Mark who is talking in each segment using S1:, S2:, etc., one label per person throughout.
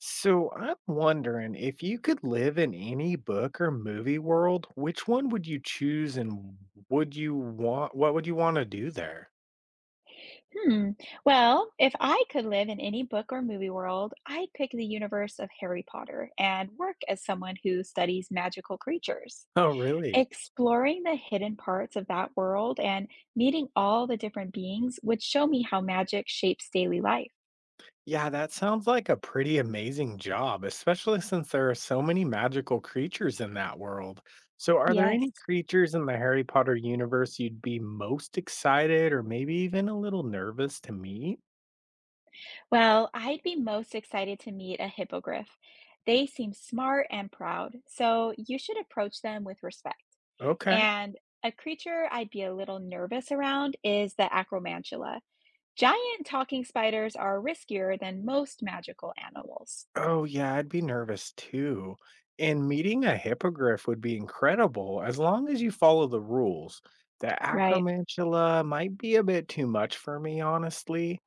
S1: So I'm wondering if you could live in any book or movie world, which one would you choose and would you want what would you want to do there?
S2: Hmm. Well, if I could live in any book or movie world, I'd pick the universe of Harry Potter and work as someone who studies magical creatures.
S1: Oh, really?
S2: Exploring the hidden parts of that world and meeting all the different beings would show me how magic shapes daily life.
S1: Yeah, that sounds like a pretty amazing job, especially since there are so many magical creatures in that world. So are there any
S2: Yes.
S1: creatures in the Harry Potter universe you'd be most excited or maybe even a little nervous to meet?
S2: Well, I'd be most excited to meet a hippogriff. They seem smart and proud, so you should approach them with respect.
S1: Okay.
S2: And a creature I'd be a little nervous around is the acromantula. Giant talking spiders are riskier than most magical animals.
S1: Oh, yeah, I'd be nervous too. And meeting a hippogriff would be incredible as long as you follow the rules. The
S2: Right.
S1: acromantula might be a bit too much for me, honestly.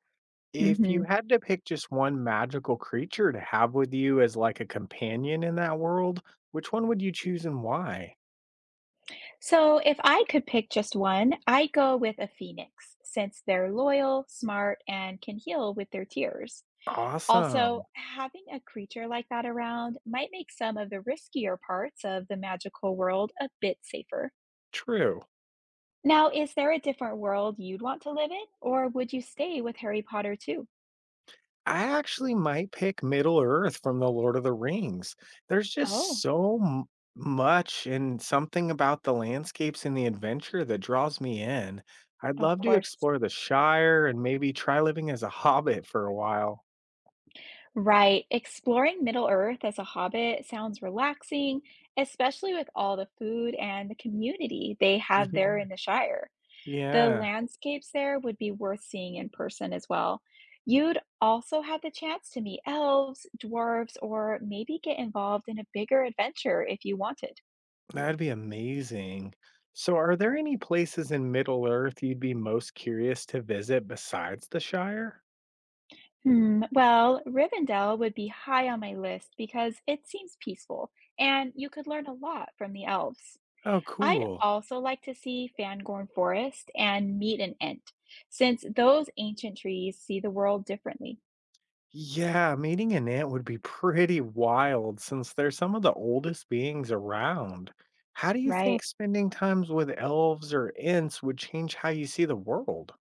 S1: If you
S2: hmm
S1: had to pick just one magical creature to have with you as like a companion in that world, which one would you choose and why?
S2: So, if I could pick just one, I'd go with a phoenix, since they're loyal, smart, and can heal with their tears. Also,
S1: Awesome.
S2: having a creature like that around might make some of the riskier parts of the magical world a bit safer.
S1: True.
S2: Now, is there a different world you'd want to live in, or would you stay with Harry Potter too?
S1: I actually might pick Middle Earth from The Lord of the Rings. There's just
S2: Oh,
S1: much and something about the landscapes and the adventure that draws me in. I'd
S2: of
S1: love to
S2: course.
S1: explore the Shire and maybe try living as a hobbit for a while.
S2: Right. Exploring Middle Earth as a hobbit sounds relaxing, especially with all the food and the community they have
S1: Yeah.
S2: there in the Shire. The
S1: Yeah,
S2: landscapes there would be worth seeing in person as well. You'd also have the chance to meet elves, dwarves, or maybe get involved in a bigger adventure if you wanted.
S1: that'd be amazing. So, are there any places in Middle Earth you'd be most curious to visit besides the Shire?
S2: Hmm, well, Rivendell would be high on my list because it seems peaceful and you could learn a lot from the elves.
S1: Oh,
S2: I'd
S1: cool.
S2: also like to see Fangorn Forest and meet an Ent, since those ancient trees see the world differently,
S1: Yeah, meeting an ant would be pretty wild since they're some of the oldest beings around. How do you
S2: right?
S1: think spending times with elves or ants would change how you see the world?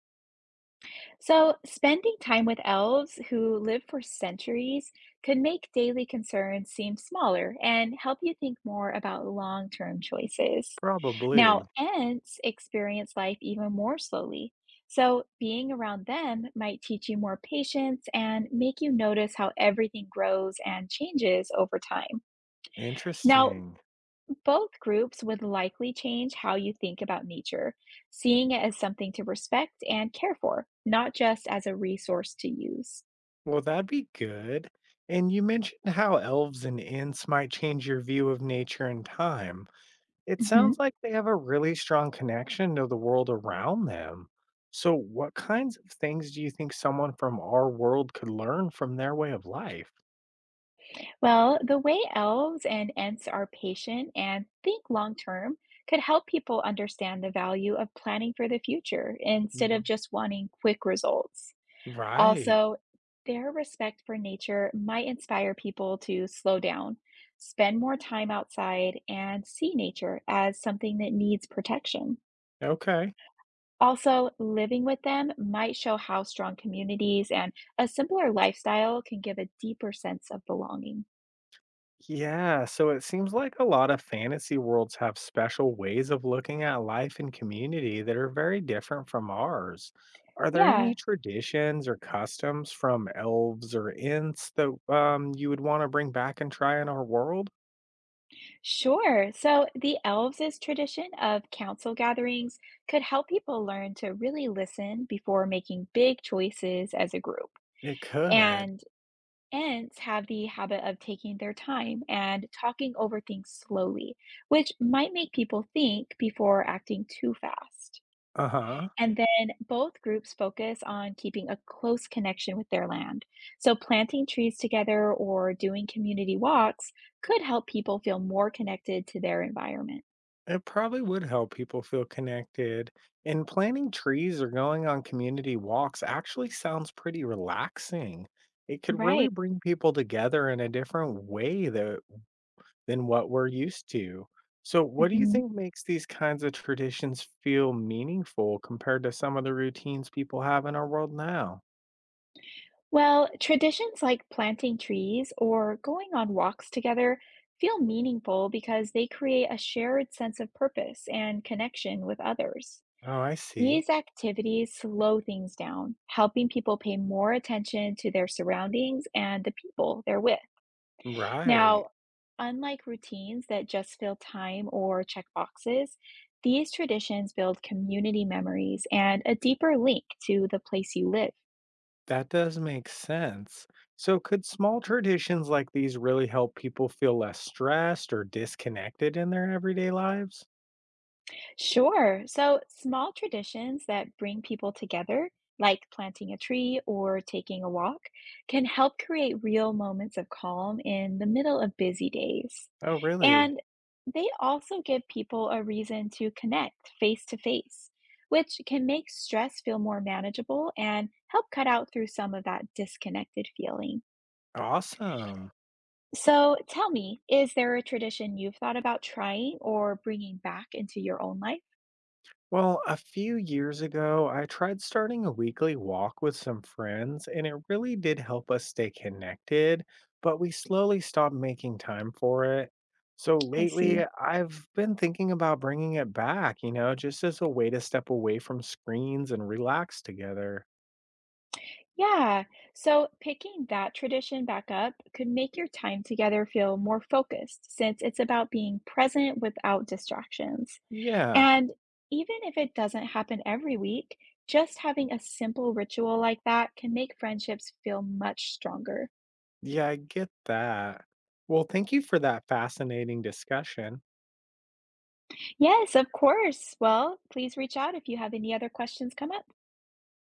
S2: So, spending time with elves who live for centuries could make daily concerns seem smaller and help you think more about long term choices. Now,
S1: Probably.
S2: Ents experience life even more slowly. So, being around them might teach you more patience and make you notice how everything grows and changes over time. Now,
S1: Interesting.
S2: both groups would likely change how you think about nature, seeing it as something to respect and care for, not just as a resource to use.
S1: Well, that'd be good. And you mentioned how elves and ants might change your view of nature and time. It
S2: Mhm.
S1: sounds like they have a really strong connection to the world around them. So, what kinds of things do you think someone from our world could learn from their way of life?
S2: Well, the way elves and Ents are patient and think long term could help people understand the value of planning for the future instead of
S1: R
S2: just wanting quick results.
S1: right.
S2: Also, their respect for nature might inspire people to slow down, spend more time outside, and see nature as something that needs protection.
S1: Okay.
S2: Also, living with them might show how strong communities and a simpler lifestyle can give a deeper sense of belonging.
S1: Yeah, so it seems like a lot of fantasy worlds have special ways of looking at life and community that are very different from ours. Are there any
S2: Yeah,
S1: traditions or customs from elves or ints that you would want to bring back and try in our world?
S2: sure. So, the elves' tradition of council gatherings could help people learn to really listen before making big choices as a group.
S1: It could.
S2: And Ants have the habit of taking their time and talking over things slowly, which might make people think before acting too fast.
S1: Uh huh.
S2: And then both groups focus on keeping a close connection with their land. So, planting trees together or doing community walks could help people feel more connected to their environment.
S1: It probably would help people feel connected. And planting trees or going on community walks actually sounds pretty relaxing. It could really
S2: Right.
S1: bring people together in a different than what we're used to. So, what do you
S2: Mhm.
S1: think makes these kinds of traditions feel meaningful compared to some of the routines people have in our world now?
S2: Well, traditions like planting trees or going on walks together feel meaningful because they create a shared sense of purpose and connection with others.
S1: Oh, I see.
S2: These activities slow things down, helping people pay more attention to their surroundings and the people they're with.
S1: Right.
S2: Now, unlike routines that just fill time or check boxes, these traditions build community memories and a deeper link to the place you live.
S1: That does make sense. So, could small traditions like these really help people feel less stressed or disconnected in their everyday lives?
S2: Sure. So, small traditions that bring people together, like planting a tree or taking a walk, can help create real moments of calm in the middle of busy days.
S1: Oh, really?
S2: And they also give people a reason to connect face to face, which can make stress feel more manageable and help cut out through some of that disconnected feeling.
S1: Awesome.
S2: So, tell me, is there a tradition you've thought about trying or bringing back into your own life?
S1: Well, a few years ago, I tried starting a weekly walk with some friends, and it really did help us stay connected, but we slowly stopped making time for it. So
S2: I see.
S1: lately, I've been thinking about bringing it back, just as a way to step away from screens and relax together.
S2: Yeah, so picking that tradition back up could make your time together feel more focused since it's about being present without distractions.
S1: Yeah.
S2: And even if it doesn't happen every week, just having a simple ritual like that can make friendships feel much stronger.
S1: Yeah, I get that. Well, thank you for that fascinating discussion.
S2: Yes, of course. Well, please reach out if you have any other questions come up.